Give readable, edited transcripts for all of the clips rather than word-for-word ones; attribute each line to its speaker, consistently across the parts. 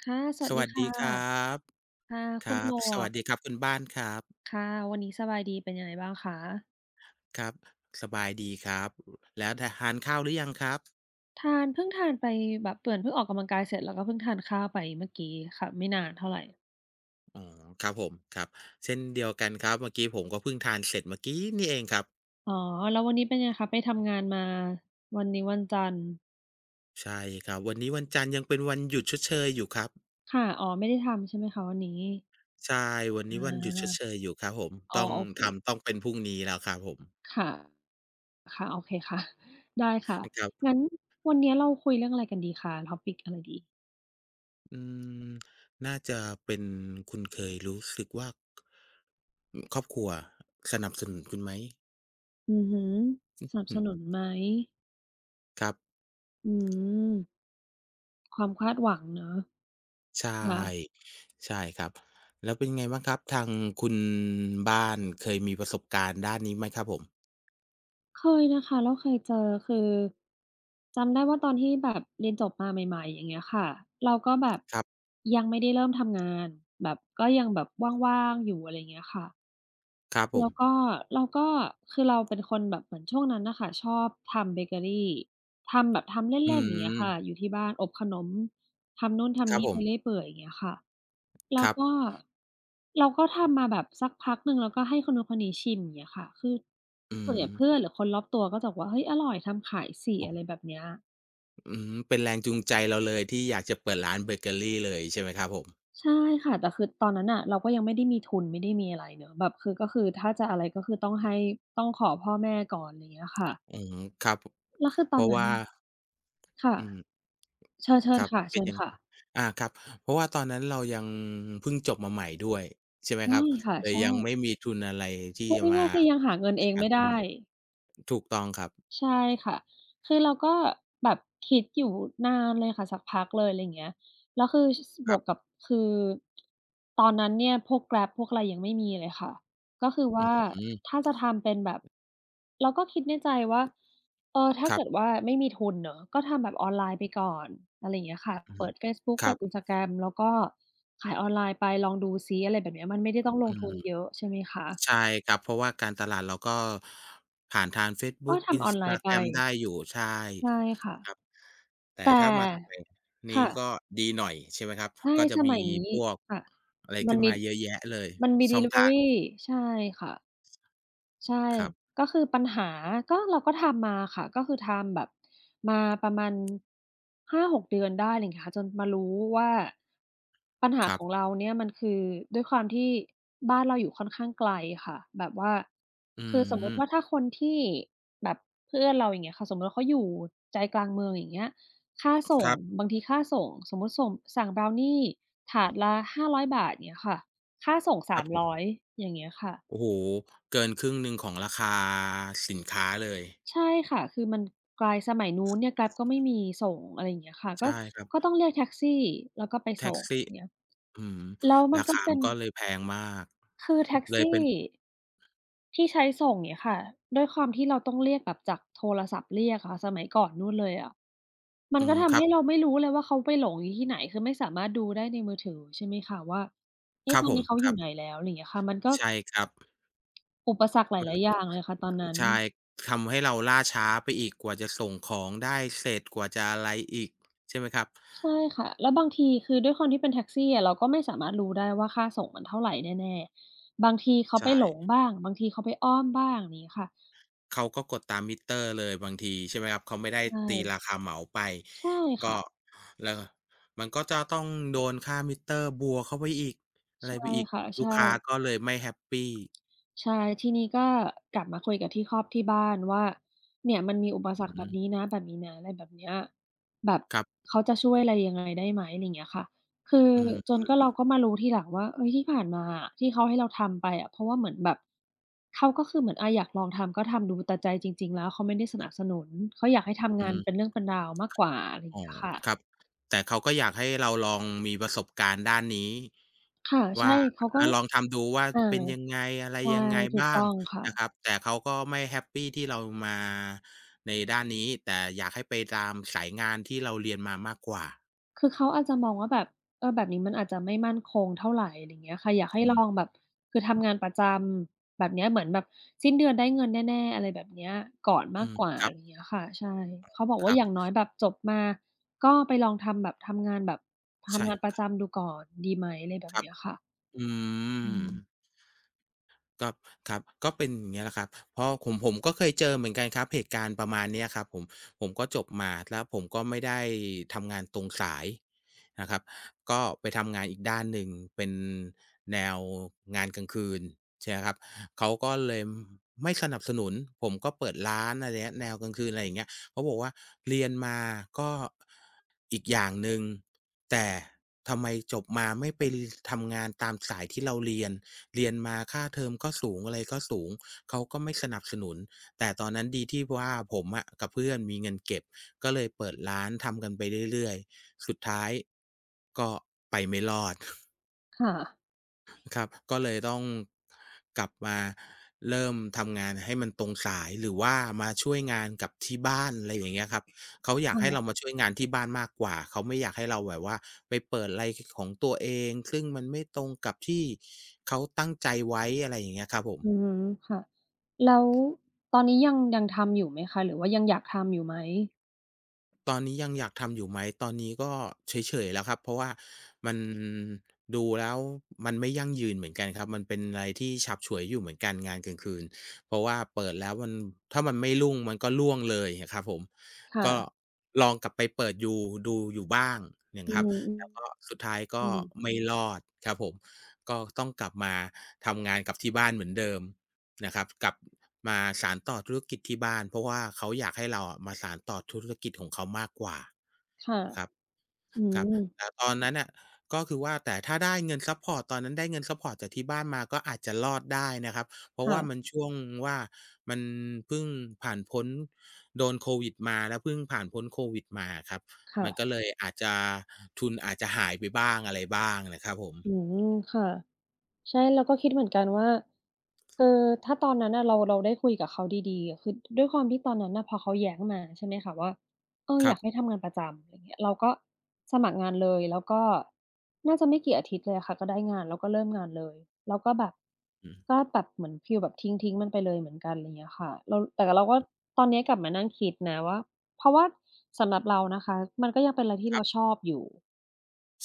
Speaker 1: ค่ะสวั
Speaker 2: ส
Speaker 1: สดี
Speaker 2: วัส
Speaker 1: ค่
Speaker 2: ดีครั
Speaker 1: ะ
Speaker 2: บ
Speaker 1: ค่ะ
Speaker 2: ค
Speaker 1: คุ
Speaker 2: รั
Speaker 1: ณหม
Speaker 2: บส
Speaker 1: ว
Speaker 2: วัสดี
Speaker 1: ก
Speaker 2: ครับคุณบ้านครับ
Speaker 1: ค่ะวันนี้สบายดีเป็นยังไงบ้างคะ
Speaker 2: ครับสบายดีครับแล้วทานข้าวหรือยังครับ
Speaker 1: ทานเพิ่งทานไปแบบเหมือนเพิ่งออกกำลังกายเสร็จแล้วก็เพิ่งทานข้าวไปเมื่อกี้ค่ะไม่นานเท่าไร
Speaker 2: อ๋อครับผมครับเช่นเดียวกันครับเมื่อกี้ผมก็เพิ่งทานเสร็จเมื่อกี้นี่เองครับ
Speaker 1: อ๋อแล้ววันนี้เป็นไงคะไปทำงานมาวันนี้วันจันทร์
Speaker 2: ใช่ครับวันนี้วันจันทร์ยังเป็นวันหยุดชดเชยอยู่ครับ
Speaker 1: ค่ะอ๋อไม่ได้ทำใช่ไหมคะวันนี้
Speaker 2: ใช่วัน
Speaker 1: อา
Speaker 2: นี้วันหยุดชดเชยอยู่ครับผม
Speaker 1: อ๋อ
Speaker 2: ต้อง
Speaker 1: โอเค
Speaker 2: ทำต้องเป็นพรุ่งนี้แล้วครับผม
Speaker 1: ค่ะค่ะโอเคค่ะ ได้ค่ะ
Speaker 2: ครั
Speaker 1: งั้
Speaker 2: บ
Speaker 1: นวันนี้เราคุยเรื่องอะไรกันดีคะ topic อะไรดี
Speaker 2: อืมน่าจะเป็นคุณเคยรู้สึกว่าครอบครัวสนับสนุนคุณไหม
Speaker 1: อือฮึสนับ
Speaker 2: อื
Speaker 1: สนุ
Speaker 2: ม
Speaker 1: นไหม
Speaker 2: ครับ
Speaker 1: อืมความคาดหวังเนาะ
Speaker 2: ใช่
Speaker 1: ค่ะ
Speaker 2: ใช่ครับแล้วเป็นไงบ้างครับทางคุณบ้านเคยมีประสบการณ์ด้านนี้ไหมครับผม
Speaker 1: เคยนะคะเราเคยเจอคือจำได้ว่าตอนที่แบบเรียนจบมาใหม่ๆอย่างเงี้ยค่ะเราก็แบบ
Speaker 2: ครับ
Speaker 1: ยังไม่ได้เริ่มทำงานแบบก็ยังแบบว่างๆอยู่อะไรเงี้ยค่ะ
Speaker 2: ครับผม
Speaker 1: แล้วก็แล้วก็คือเราเป็นคนแบบเหมือนช่วงนั้นน่ะค่ะชอบทำเบเกอรีทำแบบทำ
Speaker 2: อื
Speaker 1: เล่นๆอย่างเงี้ย
Speaker 2: ม
Speaker 1: ค่ะอยู่ที่บ้านอบขนมทำนู่น
Speaker 2: ค
Speaker 1: ทำ
Speaker 2: รับ
Speaker 1: นี่
Speaker 2: ผ
Speaker 1: ไปเรื่อ
Speaker 2: ม
Speaker 1: ยเปื่อยอย่างเงี้ยค่ะแล้
Speaker 2: ค
Speaker 1: ว
Speaker 2: รับ
Speaker 1: ก็เราก็ทำมาแบบสักพักหนึ่งแล้วก็ให้คนนู้นคนนี้ชิมอย่างเงี้ยค่ะคือ
Speaker 2: อื
Speaker 1: ส่วน
Speaker 2: ม
Speaker 1: ใหญ่เพื่อนหรือคนรอบตัวก็จะบอกว่าเฮ้ยอร่อยทำขายสิอะไรแบบเนี้ย
Speaker 2: อืมเป็นแรงจูงใจเราเลยที่อยากจะเปิดร้านเบเกอรีเลยใช่ไหมครับผม
Speaker 1: ใช่ค่ะแต่คือตอนนั้นน่ะเราก็ยังไม่ได้มีทุนไม่ได้มีอะไรเนาะแบบคือก็คือถ้าจะอะไรก็คือต้องให้ต้องขอพ่อแม่ก่อนอะไรเงี้ยค่ะ
Speaker 2: อืมครับ
Speaker 1: แล้วคือต
Speaker 2: เพ
Speaker 1: อน
Speaker 2: ราะ
Speaker 1: นั้น
Speaker 2: ว่า
Speaker 1: ค่ะ
Speaker 2: อืม
Speaker 1: เชิญเชิ
Speaker 2: ค
Speaker 1: ญ
Speaker 2: รับ
Speaker 1: ค่ะ
Speaker 2: เป็
Speaker 1: เชิ
Speaker 2: น
Speaker 1: ญ
Speaker 2: ยัง
Speaker 1: ค่ะ
Speaker 2: ครับเพราะว่าตอนนั้นเรายังเพิ่งจบมาใหม่ด้วยใช่ไหมค
Speaker 1: ใช่
Speaker 2: รับ
Speaker 1: ค่ะ
Speaker 2: เลย
Speaker 1: ใช่
Speaker 2: ยังไม่มีทุนอะไรที่
Speaker 1: พูด
Speaker 2: จะมา
Speaker 1: ง่ายๆคือยังหาเงินเอง
Speaker 2: หา
Speaker 1: ไม่
Speaker 2: ตรง
Speaker 1: ได้
Speaker 2: นี้ถูกต้องครับ
Speaker 1: ใช่ค่ะคือเราก็แบบคิดอยู่นานเลยค่ะสักพักเลยอะไรอย่างเงี้ย แล้วคือสบ
Speaker 2: ค
Speaker 1: ว
Speaker 2: รั
Speaker 1: กกั
Speaker 2: บ
Speaker 1: บคือตอนนั้นเนี่ยพวก Grab พวกอะไรยังไม่มีเลยค่ะ ก็คือว่า
Speaker 2: อืม
Speaker 1: ถ้าจะทำเป็นแบบเราก็คิดในใจว่าเออถ้า
Speaker 2: ครั
Speaker 1: เกิด
Speaker 2: บ
Speaker 1: ว่าไม่มีทุนเนาะก็ทำแบบออนไลน์ไปก่อนอะไรอย่างเงี้ยค่ะ
Speaker 2: อือฮึ
Speaker 1: เปิดเฟซบุ๊ก
Speaker 2: ค
Speaker 1: เปิ
Speaker 2: รั
Speaker 1: ด
Speaker 2: บ
Speaker 1: Instagram แล้วก็ขายออนไลน์ไปลองดูซิอะไรแบบเนี้ยมันไม่ได้ต้องลง
Speaker 2: อื
Speaker 1: ทุน
Speaker 2: ม
Speaker 1: เยอะใช่ไหมคะ
Speaker 2: ใช่ครับ เพราะว่าการตลาดเราก็ผ่านทางเฟซ
Speaker 1: ก็
Speaker 2: บุ๊ก
Speaker 1: ทำออนไลน์ไป
Speaker 2: Instagram ได้อยู่ใช่
Speaker 1: ใช่ค่ะ
Speaker 2: ครับแต่
Speaker 1: แต่
Speaker 2: ถ้ามาสมัยนี้ก็
Speaker 1: ค่ะ
Speaker 2: ดีหน่อยใช่ไหมครับ
Speaker 1: ใช่
Speaker 2: ก็จะ
Speaker 1: ส
Speaker 2: มี
Speaker 1: มัยนี้
Speaker 2: พวก
Speaker 1: ค่ะ
Speaker 2: อะไร
Speaker 1: มัน
Speaker 2: ขึ้น
Speaker 1: มี
Speaker 2: มาเยอะแยะเลย
Speaker 1: มันมี
Speaker 2: ช่
Speaker 1: ดิ
Speaker 2: อง
Speaker 1: ลิเวอ
Speaker 2: ทา
Speaker 1: รี
Speaker 2: ง
Speaker 1: ใช่ค่ะ ใช่
Speaker 2: ครับ
Speaker 1: ก็คือปัญหาก็เราก็ทำมาค่ะก็คือทำแบบมาประมาณ5-6 เดือนได้อะไรอย่างเงี้ยค่ะจนมารู้ว่าปัญหา
Speaker 2: ครั
Speaker 1: ข
Speaker 2: บ
Speaker 1: องเราเนี่ยมันคือด้วยความที่บ้านเราอยู่ค่อนข้างไกลค่ะแบบว่า
Speaker 2: อื
Speaker 1: คือสมมุติ
Speaker 2: ม
Speaker 1: ว่าถ้าคนที่แบบเพื่อนเราอย่างเงี้ยค่ะสมมุติว่าเขาอยู่ใจกลางเมืองอย่างเงี้ยค่าส่
Speaker 2: ค
Speaker 1: ง
Speaker 2: รับ
Speaker 1: บางทีค่าส่งสมมุติส่งสั่งบราวนีถาดละห้0 0บาทเงี้ยค่ะค่าส่ง
Speaker 2: ค
Speaker 1: สา
Speaker 2: รับ
Speaker 1: ม
Speaker 2: ผ
Speaker 1: ร้อ
Speaker 2: ม
Speaker 1: ยอย่างเงี้ยค่ะ
Speaker 2: โอ้โฮเกินครึ่งหนึ่งของราคาสินค้าเลย
Speaker 1: ใช่ค่ะคือมันไกลสมัยนู้นเนี่ย Grab ก็ไม่มีส่งอะไรอย่างเงี้ยค่ะก็
Speaker 2: ใช่ครั
Speaker 1: ก็ต้
Speaker 2: บ
Speaker 1: องเรียกแท็กซี่แล้วก็ไปส่
Speaker 2: แท็ก
Speaker 1: งอ
Speaker 2: ซี่
Speaker 1: ย่างเงี้ย
Speaker 2: อืม
Speaker 1: แล้วมัน
Speaker 2: รา
Speaker 1: ก็
Speaker 2: คา
Speaker 1: เป็
Speaker 2: มัน
Speaker 1: น
Speaker 2: ก็เลยแพงมาก
Speaker 1: คือแท็ก
Speaker 2: เลย
Speaker 1: ซี่
Speaker 2: เป็น
Speaker 1: ที่ใช้ส่งเงี้ยค่ะด้วยความที่เราต้องเรียกแบบจากโทรศัพท์เรียกอะค่ะสมัยก่อนนู่นเลยอะมัน
Speaker 2: อื
Speaker 1: ก็
Speaker 2: มค
Speaker 1: ทำ
Speaker 2: รั
Speaker 1: ให้
Speaker 2: บ
Speaker 1: เราไม่รู้เลยว่าเขาไปหลงอยู่ที่ไหนคือไม่สามารถดูได้ในมือถือใช่ไหมคะว่า
Speaker 2: ค
Speaker 1: เอ๊ะ
Speaker 2: รั
Speaker 1: ต
Speaker 2: บ
Speaker 1: อน
Speaker 2: ผม
Speaker 1: นี้เขาอ
Speaker 2: ครั
Speaker 1: ยู่
Speaker 2: บ
Speaker 1: ไหนแล้วอะไรอย่างเงี้ยค่ะมันก็
Speaker 2: ใช่ครับ
Speaker 1: อุปสรรคห
Speaker 2: มั
Speaker 1: ลายๆอ
Speaker 2: น
Speaker 1: ย่างเลยค่ะตอนนั้น
Speaker 2: ใช่ทำให้เราล่าช้าไปอีกกว่าจะส่งของได้เสร็จกว่าจะอะไรอีกใช่ไหมครับ
Speaker 1: ใช่ค่ะแล้วบางทีคือด้วยความที่เป็นแท็กซี่อะเราก็ไม่สามารถรู้ได้ว่าค่าส่งมันเท่าไรแน่ๆบางทีเขาไป
Speaker 2: ใช่
Speaker 1: หลงบ้างบางทีเขาไปอ้อมบ้างอย่างงี้ค่ะ
Speaker 2: เขาก็กดตามมิเตอร์เลยบางทีใช่ไหมครับเขาไม่ได้
Speaker 1: ใช
Speaker 2: ตีรา
Speaker 1: ่
Speaker 2: คาเหมาไป
Speaker 1: ใช่
Speaker 2: ก็
Speaker 1: ค่ะ
Speaker 2: แล้วมันก็จะต้องโดนค่ามิเตอร์บวกเข้าไปอีกอะไร
Speaker 1: ใช่
Speaker 2: ไปอีก
Speaker 1: ค่ะ
Speaker 2: ลู
Speaker 1: ใช่
Speaker 2: กค้าก็เลยไม่แฮปปี
Speaker 1: ใช่ทีนี้ก็กลับมาคุยกับที่ครอบที่บ้านว่าเนี่ยมันมีอุปสร
Speaker 2: อื
Speaker 1: รค
Speaker 2: อ
Speaker 1: แบ
Speaker 2: ฮึ
Speaker 1: บนี้นะแบบนี้นะอะไรแบบเนี้ยแบบ
Speaker 2: ครับ
Speaker 1: เขาจะช่วยอะไรยังไงได้ไหมอะไรอย่างเงี้ยค่ะคือจ
Speaker 2: อื
Speaker 1: น
Speaker 2: อ
Speaker 1: ก็เราก็มารู้ทีหลังว่าเฮ้ยที่ผ่านมาอะที่เขาให้เราทำไปอะเพราะว่าเหมือนแบบเขาก็คือเหมือนอาอยากลองทำก็ทำดูแต่ใจจริงๆแล้วเขาไม่ได้สนับสนุนเขาอยากให้ทำงา
Speaker 2: ฮึ
Speaker 1: นเป็นเรื่องเป็นราวมากกว่าอะไรอย่าง
Speaker 2: อ๋อ
Speaker 1: เงี้ยค่ะ
Speaker 2: ครับแต่เขาก็อยากให้เราลองมีประสบการณ์ด้านนี้
Speaker 1: ค่ะใช่
Speaker 2: ว่า
Speaker 1: เขาก็
Speaker 2: ลองทำดูว่า
Speaker 1: อา
Speaker 2: เป็นยังไงอะไร
Speaker 1: ใช่
Speaker 2: ยังไง
Speaker 1: ถูก
Speaker 2: บ้าง
Speaker 1: ต้องค่ะ
Speaker 2: นะครับแต่เขาก็ไม่แฮปปีที่เรามาในด้านนี้แต่อยากให้ไปตามสายงานที่เราเรียนมามากกว่า
Speaker 1: คือเขาอาจจะมองว่าแบบแบบนี้มันอาจจะไม่มั่นคงเท่าไรอะไรอย่างเงี้ยค่ะอยากให้
Speaker 2: อื
Speaker 1: ล
Speaker 2: ม
Speaker 1: องแบบคือทำงานประจำแบบเนี้ยเหมือนแบบสิ้นเดือนได้เงินแน่ๆอะไรแบบเนี้ยก่อน
Speaker 2: อื
Speaker 1: มาก
Speaker 2: ม
Speaker 1: กว่า
Speaker 2: คร
Speaker 1: อะไรอย่างเงี้ยค่ะใช่เขาบอกว่า
Speaker 2: ั
Speaker 1: อ
Speaker 2: บ
Speaker 1: ย่างน้อยแบบจบมาก็ไปลองทำแบบทำงานแบบ
Speaker 2: ๆ
Speaker 1: ทำ
Speaker 2: ใช่
Speaker 1: งานป
Speaker 2: ค
Speaker 1: ระ
Speaker 2: รับ
Speaker 1: จำดูก่อนดีไหมอะไรแบ
Speaker 2: ค
Speaker 1: บ
Speaker 2: รับ
Speaker 1: เนี้ยค่ะ
Speaker 2: อืม
Speaker 1: อืม
Speaker 2: ครับครับก็เป็นอย่างเงี้ยแหละครับเพราะผมก็เคยเจอเหมือนกันครับเหตุการณ์ประมาณเนี้ยครับผมผมก็จบมาแล้วผมก็ไม่ได้ทำงานตรงสายนะครับก็ไปทำงานอีกด้านหนึ่งเป็นแนวงานกลางคืนใช่ไหมครับเขาก็เลยไม่สนับสนุนผมก็เปิดร้านอะไรเงี้ยแนวกลางคืนอะไรอย่างเงี้ยเขาบอกว่าเรียนมาก็อีกอย่างหนึ่งแต่ทำไมจบมาไม่ไปทำงานตามสายที่เราเรียนมาค่าเทอมก็สูงอะไรก็สูงเขาก็ไม่สนับสนุนแต่ตอนนั้นดีที่ว่าผมอะกับเพื่อนมีเงินเก็บก็เลยเปิดร้านทำกันไปเรื่อยๆสุดท้ายก็ไปไม่รอด
Speaker 1: ค่ะ
Speaker 2: ครับก็เลยต้องกลับมาเริ่มทำงานให้มันตรงสายหรือว่ามาช่วยงานกับที่บ้านอะไรอย่างเงี้ยครับเขาอยากให้เรา
Speaker 1: ค่ะ
Speaker 2: มาช่วยงานที่บ้านมากกว่าเขาไม่อยากให้เราแบบว่าไปเปิดอะไรของตัวเองซึ่งมันไม่ตรงกับที่เขาตั้งใจไว้อะไรอย่างเงี้ยครับผม
Speaker 1: อือฮึค่ะแล้วตอนนี้ยังทำอยู่ไหมคะหรือว่ายังอยากทำอยู่ไหม
Speaker 2: ตอนนี้ยังอยากทำอยู่ไหมตอนนี้ก็เฉยๆแล้วครับเพราะว่ามันดูแล้วมันไม่ยั่งยืนเหมือนกันครับมันเป็นอะไรที่ฉับฉวยอยู่เหมือนกันงานกลางคืนเพราะว่าเปิดแล้วมันถ้ามันไม่รุ่งมันก็ร่วงเลยอะครับผมก็
Speaker 1: ค่ะ
Speaker 2: ลองกลับไปเปิดยูดูอยู่บ้างอย่าง
Speaker 1: อื
Speaker 2: ครับ
Speaker 1: ม
Speaker 2: แล้วก็สุดท้ายก็
Speaker 1: อืม
Speaker 2: ไม่รอดครับผมก็ต้องกลับมาทำงานกับที่บ้านเหมือนเดิม นะครับกลับมาสานต่อธุรกิจที่บ้านเพราะว่าเขาอยากให้เราอะมาสานต่อธุรกิจของเขามากกว่า
Speaker 1: ค่ะ
Speaker 2: นะครับ
Speaker 1: อื
Speaker 2: ครับ
Speaker 1: ม
Speaker 2: แต่ตอนนั้นน่ะก็คือว่าแต่ถ้าได้เงินซัปพอร์ตตอนนั้นได้เงินซัปพอร์ตจากที่บ้านมาก็อาจจะรอดได้นะครับเพราะว่ามัน
Speaker 1: ค่ะ
Speaker 2: ช่วงว่ามันเพิ่งผ่านพ้นโดนโควิดมาแล้วเพิ่งผ่านพ้นโควิดมาอะครับมันก็
Speaker 1: ค่ะ
Speaker 2: เลยอาจจะทุนอาจจะหายไปบ้างอะไรบ้างนะครับผ
Speaker 1: อื
Speaker 2: ม
Speaker 1: มค่ะใช่เราก็คิดเหมือนกันว่าเออถ้าตอนนั้นน่ะเราได้คุยกับเขาดีๆอะคือด้วยความที่ตอนนั้นน่ะพอเขาแย้งมาใช่ไหมคะว่าเออ
Speaker 2: ค
Speaker 1: อ
Speaker 2: รั
Speaker 1: ยา
Speaker 2: บ
Speaker 1: กให้ทำงานประจำอะไรเงี้ยเราก็สมัครงานเลย แล้วก็น่าจะไม่กี่อาทิตย์เลยอะค่ะก็ได้งานแล้วก็เริ่มงานเลยแล้วก็แบบ
Speaker 2: อืม
Speaker 1: ก็แบบเหมือนฟีลแบบทิ้งๆมันไปเลยเหมือนกันไรเงี้ยค่ะเราแต่เราก็ตอนเนี้ยกลับมานั่งคิดนะว่าเพราะว่าสำหรับเรานะคะมันก็ยังเป็นอะไรที่เราชอบอยู่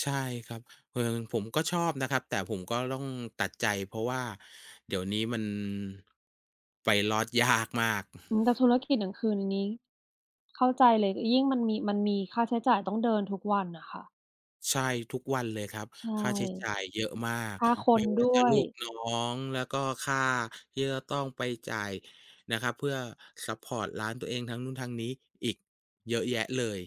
Speaker 2: ใช่ครับเออผมก็ชอบนะครับแต่ผมก็ต้องตัดใจเพราะว่าเดี๋ยวนี้มันไปรอดยากมาก
Speaker 1: อืมแต่ธุรกิจกลางคืนอันนี้เข้าใจเลยยิ่งมันมีค่าใช้จ่ายต้องเดินทุกวันน่ะค่ะ
Speaker 2: ใช่ทุกวันเลยครับ
Speaker 1: ใช่
Speaker 2: ค่าใช้จ่ายเยอะมาก
Speaker 1: ค่าคน
Speaker 2: ไม่ว่า
Speaker 1: ด้
Speaker 2: จะ
Speaker 1: วย
Speaker 2: ลูกน้องแล้วก็ค่าที่จะต้องไปจ่ายนะครับเพื่อซัปพอร์ตร้านตัวเองทั้งนู้นทั้งนี้อีกเยอะแยะเลย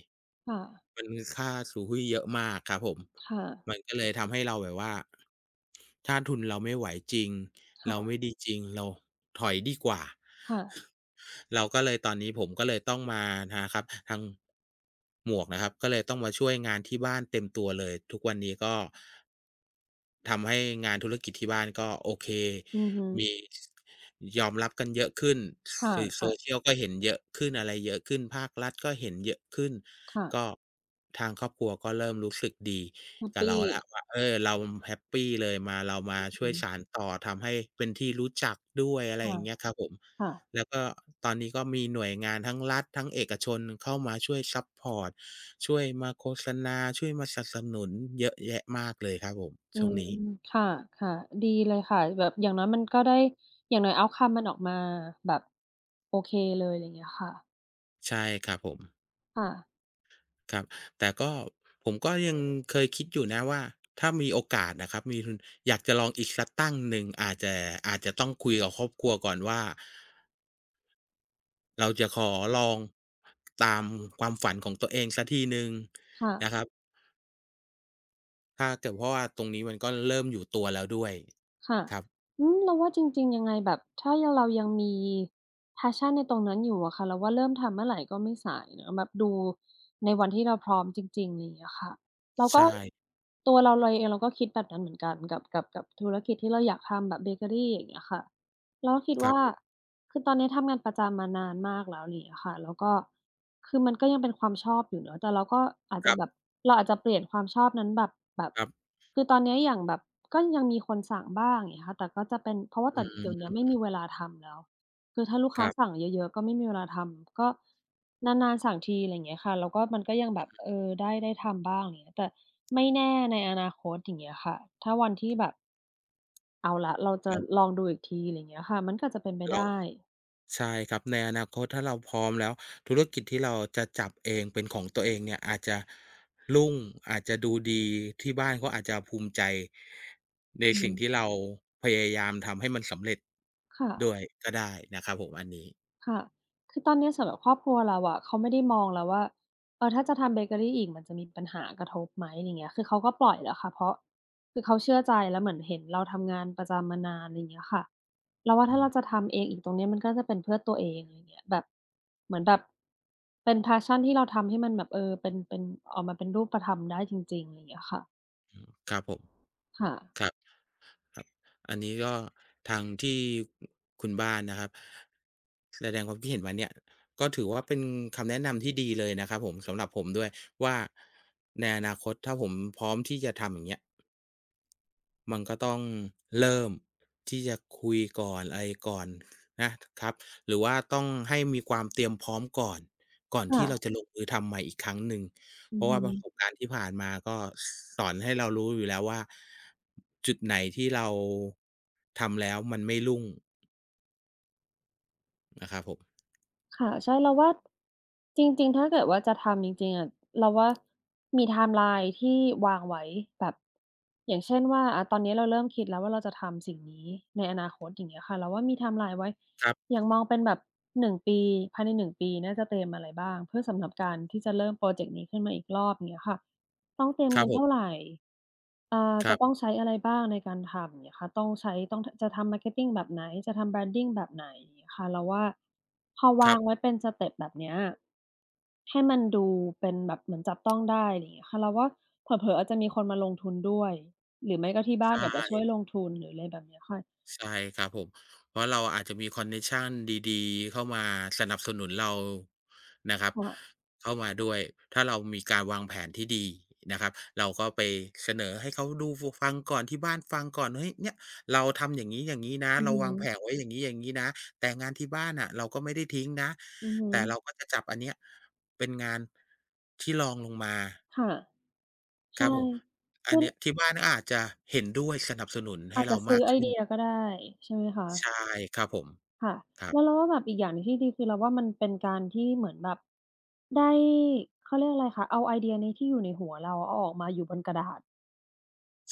Speaker 1: ค่ะ
Speaker 2: มันค่าสุรุ่ยเยอะมากครับผม
Speaker 1: ค่ะ
Speaker 2: มันก็เลยทำให้เราแบบว่า ถ้าทุนเราไม่ไหวจริงเราไม่
Speaker 1: ค่ะ
Speaker 2: ดีจริงเราถอยดีกว่า
Speaker 1: ค่ะ
Speaker 2: เราก็เลยตอนนี้ผมก็เลยต้องมานะครับทางหมวกนะครับก็เลยต้องมาช่วยงานที่บ้านเต็มตัวเลยทุกวันนี้ก็ ทำให้งานธุรกิจที่บ้านก็โอเค
Speaker 1: อือฮึ
Speaker 2: มียอมรับกันเยอะขึ้น
Speaker 1: ค่ะ
Speaker 2: สื่อ
Speaker 1: ค่ะ
Speaker 2: Social ก็เห็นเยอะขึ้นอะไรเยอะขึ้นภาครัฐก็เห็นเยอะขึ้น
Speaker 1: ค่ะ
Speaker 2: ก็ทางครอบครัวก็เริ่มรู้สึกดี
Speaker 1: แฮป
Speaker 2: กับ
Speaker 1: ปี
Speaker 2: เราแล้วว่าเออเราแฮปปีเลยมาเรามาช่
Speaker 1: อื
Speaker 2: วยสาน
Speaker 1: ม
Speaker 2: ต่อทำให้เป็นที่รู้จักด้วยอะไรอ
Speaker 1: ค่ะ
Speaker 2: ย่างเงี้ยครับผม
Speaker 1: ค่ะ
Speaker 2: แล้วก็ตอนนี้ก็มีหน่วยงานทั้งรัฐทั้งเอกชนเข้ามาช่วยซัปพอร์ตช่วยมาโฆษณาช่วยมาสนับสนุนเยอะแยะมากเลยครับผม
Speaker 1: อื
Speaker 2: ช่วง
Speaker 1: ม
Speaker 2: นี้
Speaker 1: ค่ะค่ะดีเลยค่ะแบบอย่างน้อยมันก็ได้อย่างน้อย outcome มันออกมาแบบโอเคเลยไรเงี้ยค่ะ
Speaker 2: ใช่ครับผม
Speaker 1: ค่ะ
Speaker 2: ครับแต่ก็ผมก็ยังเคยคิดอยู่นะว่าถ้ามีโอกาสนะครับมีทุนอยากจะลองอีกสักตั้งหนึ่งอาจจะอาจจะต้องคุยกับครอบครัวก่อนว่าเราจะขอลองตามความฝันของตัวเองสักทีหนึ่งนะค
Speaker 1: ค่ะ
Speaker 2: รับถ้าเกิดเพราะว่าตรงนี้มันก็เริ่มอยู่ตัวแล้วด้วย
Speaker 1: ค่ะ
Speaker 2: ครับ
Speaker 1: อืมเราว่าจริงๆ ยังไงแบบถ้ายงเรายังมี passion ในตรงนั้นอยู่อะค่ะเราว่าเริ่มทำเมื่อไหร่ก็ไม่สายเนาะแบบดูในวันที่เราพร้อมจริงๆไรเงี้ยค่ะเราก็
Speaker 2: ใช่
Speaker 1: ตัวเราเองเราก็คิดแบบนั้นเหมือนกันกับธุรกิจที่เราอยากทำแบบเบเกอรีอย่างเงี้ยค่ะเราก็คิด
Speaker 2: ครับ
Speaker 1: ว่า
Speaker 2: ผม
Speaker 1: คือตอนนี้ทำงานประจำมานานมากแล้วอะไรอย่างเงี้ยค่ะแล้วก็คือมันก็ยังเป็นความชอบอยู่เนาะแต่เราก็อาจ
Speaker 2: ค
Speaker 1: จะ
Speaker 2: รั
Speaker 1: แบบ
Speaker 2: บ
Speaker 1: เราอาจจะเปลี่ยนความชอบนั้นแบบแบบ
Speaker 2: ครับ
Speaker 1: คือตอนเนี้ยอย่างแบบก็ยังมีคนสั่งบ้างอย่างเงี้ยค่ะแต่ก็จะเป็นเพราะว่า
Speaker 2: อื
Speaker 1: แต่
Speaker 2: อ
Speaker 1: เดี๋ยวเนี้ยไม่
Speaker 2: ฮึ
Speaker 1: มีเวลาทำแล้วคือถ้าลูก
Speaker 2: ค
Speaker 1: ค้า
Speaker 2: รั
Speaker 1: สั่ง
Speaker 2: บ
Speaker 1: เยอะๆก็ไม่มีเวลาทำก็นานๆสั่งทีอะไรอย่างเงี้ยค่ะแล้วก็มันก็ยังแบบเออได้ทำบ้างอย่างเงี้ยแต่ไม่แน่ในอนาคตอย่างเงี้ยค่ะถ้าวันที่แบบเอาล่ะเราจะล
Speaker 2: เรา
Speaker 1: องดูอีกทีอะไรอย่างเงี้ยค่ะมันก็อาจจะเป็นไป
Speaker 2: เรา
Speaker 1: ได้
Speaker 2: ใช่ครับในอนาคตถ้าเราพร้อมแล้วธุรกิจที่เราจะจับเองเป็นของตัวเองเนี่ยอาจจะรุ่งอาจจะดูดีที่บ้านเขาอาจจะภูมิใจใน
Speaker 1: อื
Speaker 2: สิ่ง
Speaker 1: ม
Speaker 2: ที่เราพยายามทำให้มันสำเร็จ
Speaker 1: ค่ะ
Speaker 2: ด้วยก็ได้นะครับผมอันนี้
Speaker 1: ค่ะคือตอนเนี้ยสำหรับครอบครัวเราอะเขาไม่ได้มองแล้วว่าเออถ้าจะทำเบเกอรีอีกมันจะมีปัญหากระทบไหมอะไรเงี้ยคือเขาก็ปล่อยแล้วค่ะเพราะคือเขาเชื่อใจแล้วเหมือนเห็นเราทำงานประจำมานานอะไรเงี้ยค่ะเราว่า
Speaker 2: อื
Speaker 1: ถ้าเราจะ
Speaker 2: ม
Speaker 1: ทำเองอีกตรงเนี้ยมันก็จะเป็นเพื่อตัวเองอะไรเงี้ยแบบเหมือนแบบเป็น passion ที่เราทำให้มันแบบเออเป็นออกมาเป็นรูปธรรมได้จริงๆอะไรเงี้ยค่ะ
Speaker 2: ครับผม
Speaker 1: ค่ะ
Speaker 2: ครับครับอันนี้ก็ทางที่คุณบ้านนะครับแสดงความคิดเห็นมาเนี่ยก็ถือว่าเป็นคำแนะนำที่ดีเลยนะครับผมสำหรับผมด้วยว่าในอนาคตถ้าผมพร้อมที่จะทำอย่างเงี้ย มันก็ต้องเริ่มที่จะคุยก่อนอะไรก่อนนะครับหรือว่าต้องให้มีความเตรียมพร้อมก่อนก่อนที่เราจะ
Speaker 1: ค่ะ
Speaker 2: ลงมือทำใหม่อีกครั้งหนึ่ง
Speaker 1: อื
Speaker 2: เพ
Speaker 1: อ
Speaker 2: ราะ
Speaker 1: ฮึ
Speaker 2: ว่าประสบการณ์ที่ผ่านมาก็สอนให้เรารู้อยู่แล้วว่าจุดไหนที่เราทำแล้วมันไม่รุ่งนะครับผม
Speaker 1: ค่ะใช่เราว่าจริงๆถ้าเกิดว่าจะทำจริงๆอะเราว่ามีไทม์ไลน์ที่วางไว้แบบอย่างเช่นว่าตอนนี้เราเริ่มคิดแล้วว่าเราจะทำสิ่งนี้ในอนาคตอย่างเงี้ยค่ะเราว่ามีไทม์ไลน์ไว้
Speaker 2: ครั
Speaker 1: อ
Speaker 2: บ
Speaker 1: ย่างมองเป็นแบบ1ปีภายในหนึ่งปีน่าจะเตรียมอะไรบ้างเพื่อสำหรับการที่จะเริ่มพรอเจกต์นี้ขึ้นมาอีกรอบอย่างเงี้ยค่ะ ต้องเตรียม
Speaker 2: ครั
Speaker 1: เงิ
Speaker 2: บ
Speaker 1: น
Speaker 2: ผ
Speaker 1: เท่าไร
Speaker 2: มค
Speaker 1: จะ
Speaker 2: รั
Speaker 1: ต้อง
Speaker 2: บ
Speaker 1: ใช้อะไรบ้างในการทำอย่างเงี้ยค่ะต้องใช้ต้องทจะทำ marketing แบบไหน จะทำ branding แบบไหนอย่างเงี้ยค่ะเราว่าพอ
Speaker 2: ค
Speaker 1: วา
Speaker 2: รั
Speaker 1: ง
Speaker 2: บ
Speaker 1: ไว้เป็นสเต็ปแบบเนี้ยให้มันดูเป็นแบบเหมือนจับต้องได้อะไรอย่างเงี้ยค่ะเราว่าเผลอๆอาจจะมีคนมาลงทุนด้วย หรือไม่ก็ที่บ้าน
Speaker 2: ใช่
Speaker 1: อาจจะช่วยลงทุนหรืออะไรแบบเนี้ยค่ะ
Speaker 2: ใช่ครับผมเพราะเราอาจจะมีคอนเน็ชันดีๆเข้ามาสนับสนุนเรานะครับ
Speaker 1: ค่ะ
Speaker 2: เข้ามาด้วยถ้าเรามีการวางแผนที่ดีนะครับเราก็ไปเสนอให้เขาดูฟฟังก่อนที่บ้านฟังก่อนเฮ้ยเนี่ยเราทำอย่างงี้ๆนะ
Speaker 1: อือ
Speaker 2: เรา
Speaker 1: ฮึ
Speaker 2: วางแผนไว้อย่างงี้ๆนะแต่งานที่บ้านน่ะเราก็ไม่ได้ทิ้งนะ
Speaker 1: อือฮึ
Speaker 2: แต่เราก็จะจับอันเนี้ยเป็นงานที่รองลงมา
Speaker 1: ค่ะ
Speaker 2: ค
Speaker 1: ใช่
Speaker 2: รับผมอั
Speaker 1: คื
Speaker 2: น
Speaker 1: อ
Speaker 2: เนี้ยที่บ้านก็อาจจะเห็นด้วยสนับสนุนให้
Speaker 1: อาจจะ
Speaker 2: เรา
Speaker 1: ซื้
Speaker 2: มา
Speaker 1: อ
Speaker 2: ก
Speaker 1: ไอ
Speaker 2: ขึ้น
Speaker 1: เดียก็ได้ใช่ไหมคะ
Speaker 2: ใช่ครับผม
Speaker 1: ค่ะ
Speaker 2: ครับ
Speaker 1: แล้วเราว่าแบบอีกอย่างหนึ่งที่ดีคือเราว่ามันเป็นการที่เหมือนแบบได้เขาเรียกอะไรคะเอาไอเดียนี้ที่อยู่ในหัวเราเอาออกมาอยู่บนกระดาษ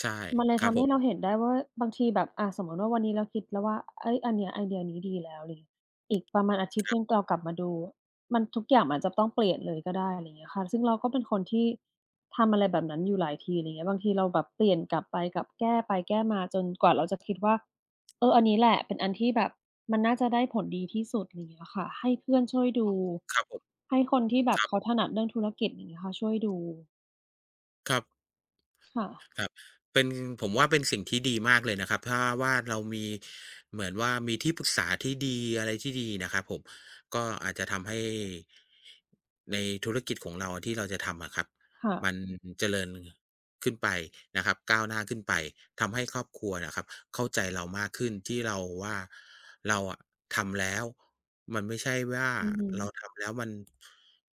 Speaker 2: ใช่
Speaker 1: มันเลย
Speaker 2: ครับ
Speaker 1: ทำ
Speaker 2: ผ
Speaker 1: ให้เรา
Speaker 2: ม
Speaker 1: เห็นได้ว่าบางทีแบบอะสมมุติว่าวันนี้เราคิดแล้วว่าเฮ้ยอันเนี้ยไอเดียนี้ดีแล้วอะไรอย่างงี้อีกประมาณอาทิตย์
Speaker 2: ค
Speaker 1: ห
Speaker 2: รั
Speaker 1: นึ่ง
Speaker 2: บ
Speaker 1: เรากลับมาดูมันทุกอย่างมันอาจจะต้องเปลี่ยนเลยก็ได้อะไรอย่างเงี้ยค่ะซึ่งเราก็เป็นคนที่ทำอะไรแบบนั้นอยู่หลายทีอะไรอย่างเงี้ยบางทีเราแบบเปลี่ยนกลับไปกลับแก้ไปแก้มาจนกว่าเราจะคิดว่าเอออันนี้แหละเป็นอันที่แบบมันน่าจะได้ผลดีที่สุดอะไรอย่างเงี้ยค่ะให้เพื่อนช่วยดู
Speaker 2: ครับผม
Speaker 1: ให้คนที่แบ
Speaker 2: ค
Speaker 1: บ
Speaker 2: รั
Speaker 1: เขาถ
Speaker 2: บ
Speaker 1: นัดเรื่องธุรกิจอย่างเงี้ยค่ะช่วยดู
Speaker 2: ครับ
Speaker 1: ค่ะ
Speaker 2: ครับเป็นผมว่าเป็นสิ่งที่ดีมากเลยนะครับถ้าว่าเรามีเหมือนว่ามีที่ปรึกษาที่ดีอะไรที่ดีนะครับผมก็อาจจะทำให้ในธุรกิจของเราที่เราจะทำอะครับ
Speaker 1: ค่ะ
Speaker 2: มันเจริญขึ้นไปนะครับก้าวหน้าขึ้นไปทำให้ครอบครัวนะครับเข้าใจเรามากขึ้นที่เราว่าเราอะทำแล้วมันไม่ใช่ว่า
Speaker 1: อือฮึ
Speaker 2: เราทำแล้วมัน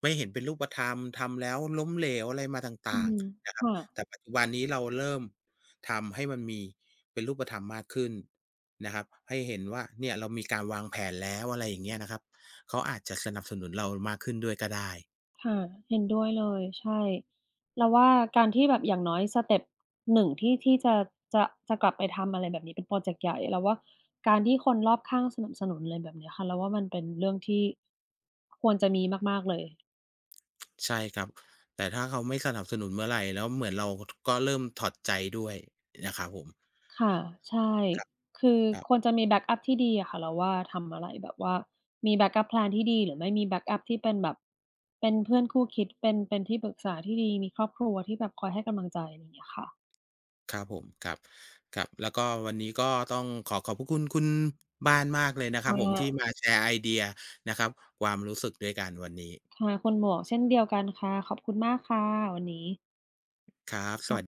Speaker 2: ไม่เห็นเป็นรูปธรรมทำแล้วล้มเหลวอะไรมาต
Speaker 1: อื
Speaker 2: ่าง
Speaker 1: ม
Speaker 2: ๆนะครับ
Speaker 1: ค่ะ
Speaker 2: แต่ปัจจุบันนี้เราเริ่มทำให้มันมีเป็นรูปธรรมมากขึ้นนะครับให้เห็นว่าเนี่ยเรามีการวางแผนแล้วอะไรอย่างเงี้ยนะครับเขาอาจจะสนับสนุนเรามากขึ้นด้วยก็ได้
Speaker 1: ค่ะเห็นด้วยเลยใช่เราว่าการที่แบบอย่างน้อยสเต็ป1ที่ที่จะจะกลับไปทำอะไรแบบนี้เป็นพรอเจกต์ใหญ่เราว่าการที่คนรอบข้างสนับสนุนอะไรแบบเนี้ยค่ะเราว่ามันเป็นเรื่องที่ควรจะมีมากๆเลย
Speaker 2: ใช่ครับแต่ถ้าเขาไม่สนับสนุนเมื่อไรแล้วเหมือนเราก็เริ่มถอดใจด้วยนะครับผม
Speaker 1: ค่ะใช่
Speaker 2: ครับ
Speaker 1: คือ
Speaker 2: ครับ
Speaker 1: ควรจะมีแบ็กอัปที่ดีอะค่ะเราว่าทำอะไรแบบว่ามีแบ็กอัปแพลนที่ดีหรือไม่มีแบ็กอัปที่เป็นแบบเป็นเพื่อนคู่คิดเป็นที่ปรึกษาที่ดีมีครอบครัวที่แบบคอยให้กำลังใจอะไรอย่างเงี้ยค่ะ
Speaker 2: ครับผมครับครับแล้วก็วันนี้ก็ต้องขอขอบพระคุณคุณบ้านมากเลยนะครั
Speaker 1: ค่ะ
Speaker 2: บผมที่
Speaker 1: ว
Speaker 2: มาแชร์ไอเดียนะครับความรู้สึกด้วยกันวันนี้
Speaker 1: ค่ะคุณหมวกเช่นเดียวกันค่ะ ขอบคุณมากค่ะวันนี้
Speaker 2: ครับสวัส